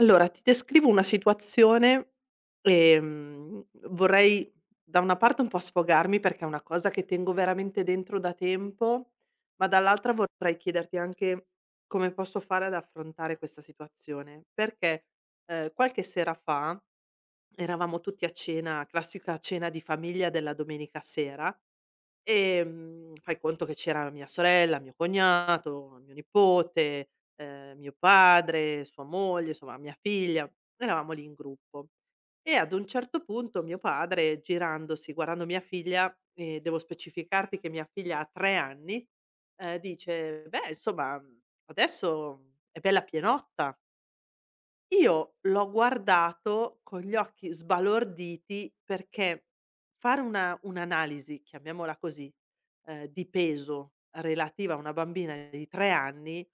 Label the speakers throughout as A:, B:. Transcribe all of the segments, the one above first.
A: Allora, ti descrivo una situazione. Vorrei da una parte un po' sfogarmi perché è una cosa che tengo veramente dentro da tempo, ma dall'altra vorrei chiederti anche come posso fare ad affrontare questa situazione, perché qualche sera fa eravamo tutti a cena, classica cena di famiglia della domenica sera. Fai conto che c'era mia sorella, mio cognato, mio nipote, mio padre, sua moglie, insomma mia figlia, noi eravamo lì in gruppo. E ad un certo punto mio padre girandosi, guardando mia figlia, e devo specificarti che mia figlia ha 3 anni, dice: "Beh insomma, adesso è bella pienotta". Io l'ho guardato con gli occhi sbalorditi perché fare una un'analisi, chiamiamola così, di peso relativa a una bambina di 3 anni,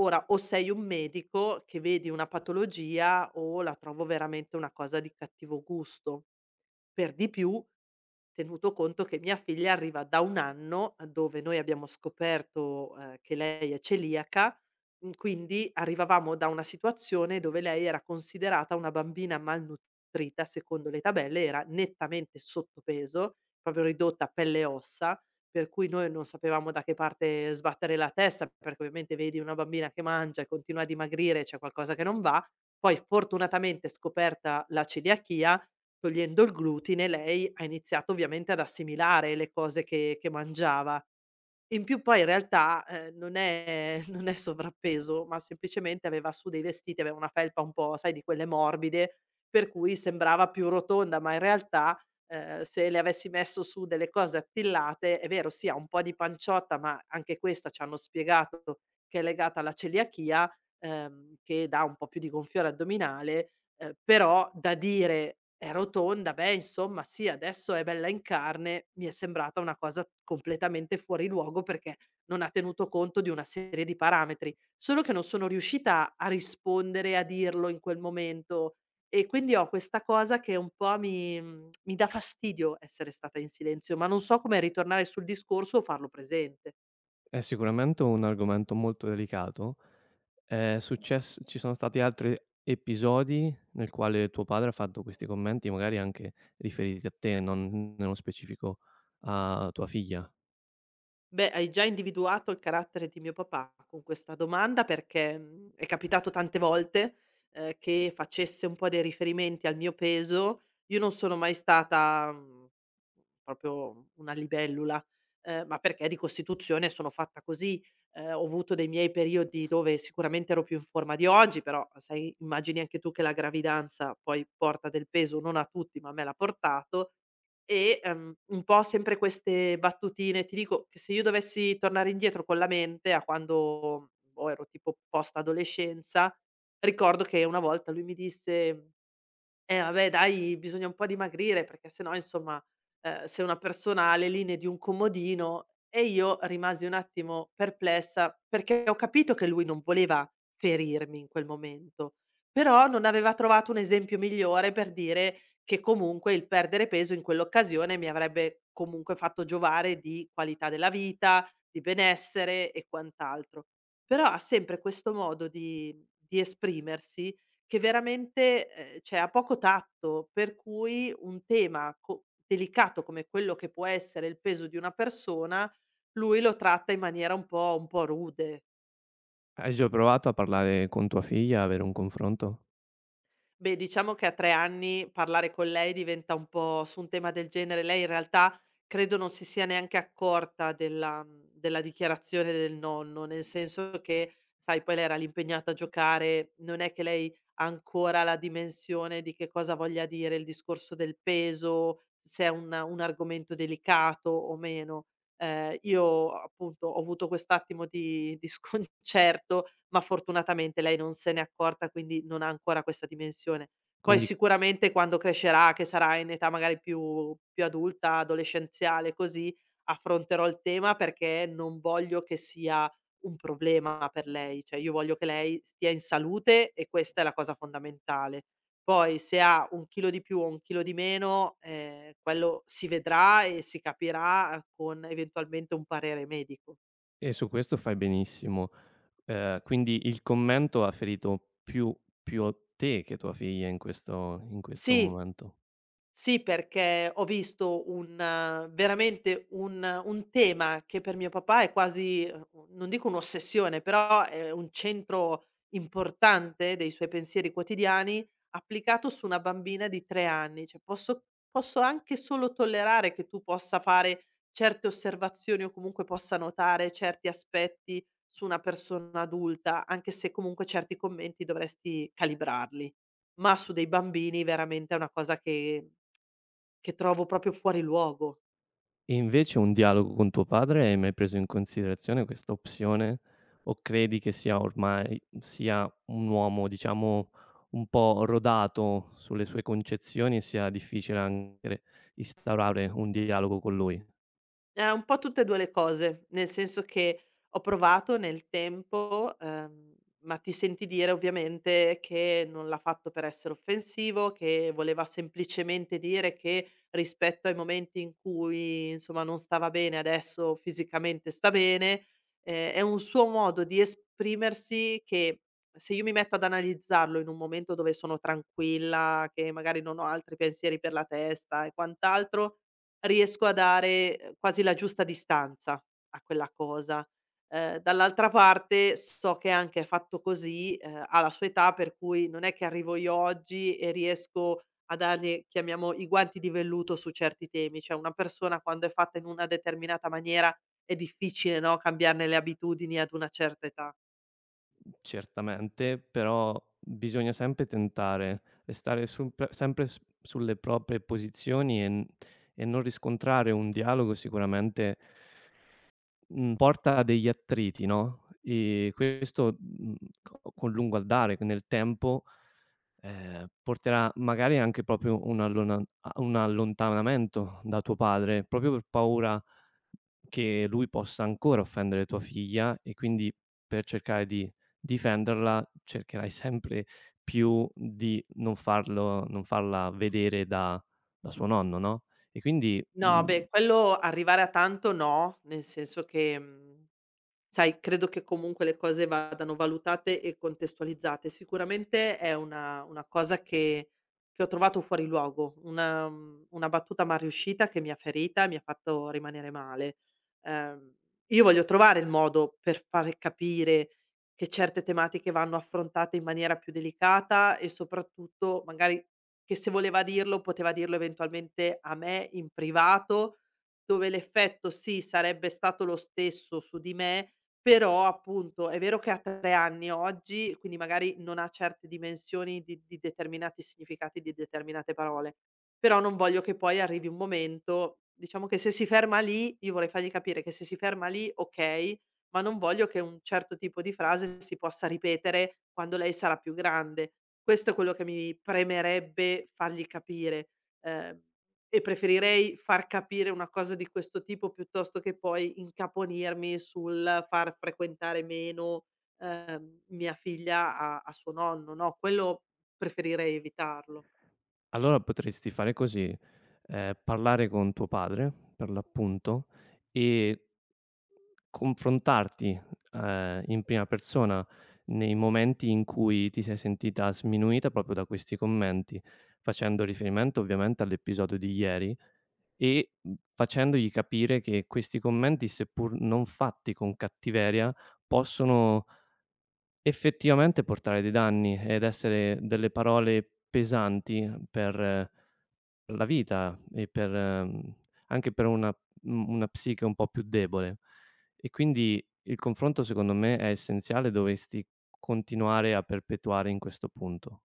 A: ora o sei un medico che vedi una patologia o la trovo veramente una cosa di cattivo gusto. Per di più tenuto conto che mia figlia arriva da 1 anno dove noi abbiamo scoperto, che lei è celiaca, quindi arrivavamo da una situazione dove lei era considerata una bambina malnutrita, secondo le tabelle era nettamente sottopeso, proprio ridotta a pelle e ossa, per cui noi non sapevamo da che parte sbattere la testa, perché ovviamente vedi una bambina che mangia e continua a dimagrire, c'è qualcosa che non va. Poi fortunatamente scoperta la celiachia, togliendo il glutine lei ha iniziato ovviamente ad assimilare le cose che mangiava. In più poi in realtà, non è non è sovrappeso, ma semplicemente aveva su dei vestiti, aveva una felpa un po', sai, di quelle morbide, per cui sembrava più rotonda, ma in realtà, se le avessi messo su delle cose attillate, è vero sì, ha un po' di panciotta, ma anche questa ci hanno spiegato che è legata alla celiachia, che dà un po' più di gonfiore addominale. Però da dire: "È rotonda, beh insomma sì, adesso è bella in carne", mi è sembrata una cosa completamente fuori luogo perché non ha tenuto conto di una serie di parametri. Solo che non sono riuscita a rispondere, a dirlo in quel momento e quindi ho questa cosa che un po' mi dà fastidio essere stata in silenzio, ma non so come ritornare sul discorso o farlo presente.
B: È sicuramente un argomento molto delicato. È success Ci sono stati altri episodi nel quale tuo padre ha fatto questi commenti, magari anche riferiti a te, non nello specifico a tua figlia.
A: Beh, hai già individuato il carattere di mio papà con questa domanda perché, è capitato tante volte, che facesse un po' dei riferimenti al mio peso. Io non sono mai stata, proprio una libellula, ma perché di costituzione sono fatta così. Ho avuto dei miei periodi dove sicuramente ero più in forma di oggi, però sai immagini anche tu che la gravidanza poi porta del peso, non a tutti, ma a me l'ha portato. E, un po' sempre queste battutine. Ti dico che se io dovessi tornare indietro con la mente a quando, boh, ero tipo post adolescenza, ricordo che una volta lui mi disse eh vabbè dai, bisogna un po' dimagrire perché se no insomma, sei una persona alle linee di un comodino e io rimasi un attimo perplessa, perché ho capito che lui non voleva ferirmi in quel momento, però non aveva trovato un esempio migliore per dire che comunque il perdere peso in quell'occasione mi avrebbe comunque fatto giovare di qualità della vita, di benessere e quant'altro. Però ha sempre questo modo di esprimersi che veramente, cioè ha poco tatto, per cui un tema co delicato come quello che può essere il peso di una persona, lui lo tratta in maniera un po' rude.
B: Hai già provato a parlare con tua figlia, avere un confronto?
A: Beh, diciamo che a 3 anni parlare con lei diventa un po' su un tema del genere. Lei in realtà credo non si sia neanche accorta della della dichiarazione del nonno, nel senso che, sai, poi lei era lì impegnata a giocare, non è che lei ha ancora la dimensione di che cosa voglia dire il discorso del peso, se è un argomento delicato o meno. Io appunto ho avuto quest'attimo di sconcerto, ma fortunatamente lei non se n'è accorta, quindi non ha ancora questa dimensione. Poi
B: Quindi
A: sicuramente quando crescerà, che sarà in età magari più adulta, adolescenziale, così, affronterò il tema perché non voglio che sia un problema per lei, cioè io voglio che lei stia in salute e questa è la cosa fondamentale. Poi se ha 1 chilo di più o 1 chilo di meno, quello si vedrà e si capirà con eventualmente un parere medico.
B: e su questo fai benissimo. Quindi il commento ha ferito più a te che tua figlia in questo
A: Sì.
B: momento.
A: Sì, perché ho visto un veramente un tema che per mio papà è quasi, non dico un'ossessione, però è un centro importante dei suoi pensieri quotidiani, applicato su una bambina di 3 anni. Cioè posso anche solo tollerare che tu possa fare certe osservazioni o comunque possa notare certi aspetti su una persona adulta, anche se comunque certi commenti dovresti calibrarli. Ma su dei bambini veramente è una cosa che trovo proprio fuori luogo.
B: E invece un dialogo con tuo padre, hai mai preso in considerazione questa opzione? O credi che sia ormai sia un uomo, diciamo, un po' rodato sulle sue concezioni e sia difficile anche instaurare un dialogo con lui?
A: Un po' tutte e 2 le cose, nel senso che ho provato nel tempo, ma ti senti dire ovviamente che non l'ha fatto per essere offensivo, che voleva semplicemente dire che rispetto ai momenti in cui, insomma, non stava bene, adesso fisicamente sta bene. È un suo modo di esprimersi che, se io mi metto ad analizzarlo in un momento dove sono tranquilla, che magari non ho altri pensieri per la testa e quant'altro, riesco a dare, quasi la giusta distanza a quella cosa. Dall'altra parte so che anche fatto così, ha la sua età per cui non è che arrivo io oggi e riesco a dargli, chiamiamo, i guanti di velluto su certi temi. Cioè una persona quando è fatta in una determinata maniera è difficile, no, cambiarne le abitudini ad una certa età.
B: Certamente, però bisogna sempre tentare e stare sul pre sempre s sulle proprie posizioni e n e non riscontrare un dialogo sicuramente mhmm, porta degli attriti, no, e questo, co con lungo andare, co nel tempo, porterà magari anche proprio un allona a un allontanamento da tuo padre, proprio per paura che lui possa ancora offendere tua figlia e quindi per cercare di difenderla, cercherai sempre più di non farla vedere da suo nonno, no, e quindi,
A: No,
B: mhmm.
A: beh, quello arrivare a tanto no, nel senso che, mhmm. Sai, credo che comunque le cose vadano valutate e contestualizzate. Sicuramente è una cosa che ho trovato fuori luogo, una una battuta malriuscita che mi ha ferita e mi ha fatto rimanere male. Ehm, io voglio trovare il modo per fare capire che certe tematiche vanno affrontate in maniera più delicata e soprattutto magari che se voleva dirlo, poteva dirlo eventualmente a me in privato, dove l'effetto sì, sarebbe stato lo stesso su di me, però appunto è vero che ha 3 anni oggi, quindi magari non ha certe dimensioni di determinati significati di determinate parole, però non voglio che poi arrivi un momento diciamo che se si ferma lì, io vorrei fargli capire che se si ferma lì okay, ma non voglio che un certo tipo di frase si possa ripetere quando lei sarà più grande. Questo è quello che mi premerebbe fargli capire, ehm e preferirei far capire una cosa di questo tipo piuttosto che poi incaponirmi sul far frequentare meno, mia figlia a suo nonno, no, quello preferirei evitarlo.
B: Allora potresti fare così: parlare con tuo padre, per l'appunto, e confrontarti, in prima persona nei momenti in cui ti sei sentita sminuita proprio da questi commenti, facendo riferimento ovviamente all'episodio di ieri e, facendogli capire che questi commenti, seppur non fatti con cattiveria, possono effettivamente portare dei danni ed essere delle parole pesanti per la vita e per anche per una una psiche un po' più debole. E quindi il confronto secondo me è essenziale, dovresti continuare a perpetuare in questo punto.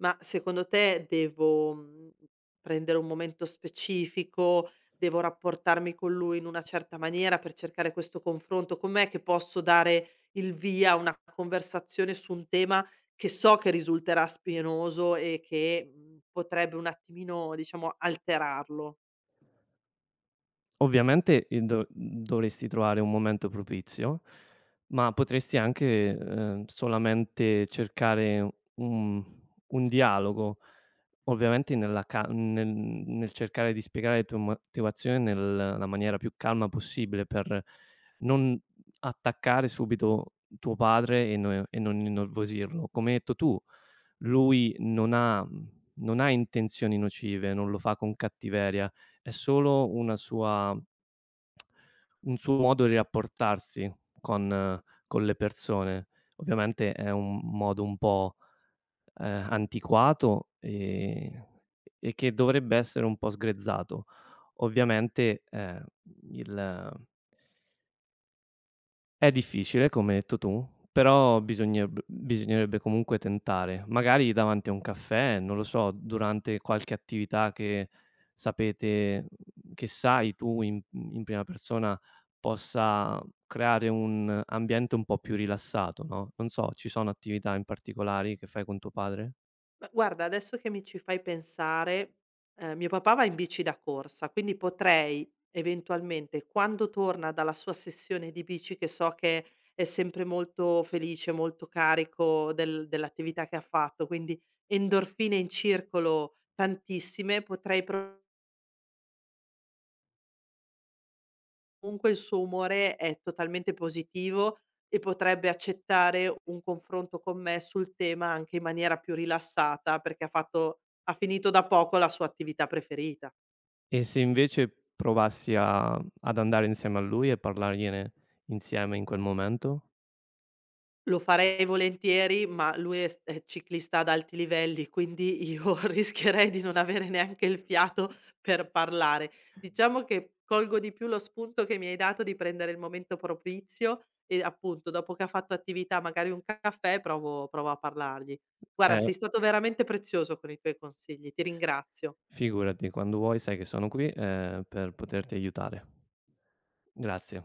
A: Ma secondo te devo, prendere un momento specifico, devo rapportarmi con lui in una certa maniera per cercare questo confronto? Com'è che posso dare il via a una conversazione su un tema che so che risulterà spinoso e che, potrebbe un attimino, diciamo, alterarlo?
B: Ovviamente, do dovresti trovare un momento propizio, ma potresti anche, solamente cercare un dialogo, ovviamente nella ca nel nel cercare di spiegare le tue motivazioni nella maniera più calma possibile per non attaccare subito tuo padre e non innervosirlo. Come hai detto tu, lui non ha intenzioni nocive, non lo fa con cattiveria, è solo una sua un suo modo di rapportarsi con con le persone. Ovviamente è un modo un po', antiquato, e che dovrebbe essere un po' sgrezzato. Ovviamente, il è difficile, come hai detto tu, però bisogneb bisognerebbe comunque tentare, magari davanti a un caffè, non lo so, durante qualche attività che che sai tu in prima persona possa creare un ambiente un po' più rilassato, no, non so, ci sono attività in particolari che fai con tuo padre?
A: Ma guarda, adesso che mi ci fai pensare, mio papà va in bici da corsa, quindi potrei eventualmente quando torna dalla sua sessione di bici, che so che è sempre molto felice, molto carico dell'attività che ha fatto, quindi endorfine in circolo tantissime, potrei pro... Comunque il suo umore è totalmente positivo e potrebbe accettare un confronto con me sul tema anche in maniera più rilassata, perché ha finito da poco la sua attività preferita.
B: E se invece provassi a ad andare insieme a lui e parlargliene insieme in quel momento?
A: Lo farei volentieri, ma lui è ciclista ad alti livelli, quindi io rischierei di non avere neanche il fiato per parlare. Diciamo che colgo di più lo spunto che mi hai dato di prendere il momento propizio e appunto dopo che ha fatto attività, magari un caffè, provo a parlargli. Guarda,
B: È
A: sei stato veramente prezioso con i tuoi consigli, ti ringrazio.
B: Figurati, quando vuoi sai che sono qui, per poterti aiutare. Grazie.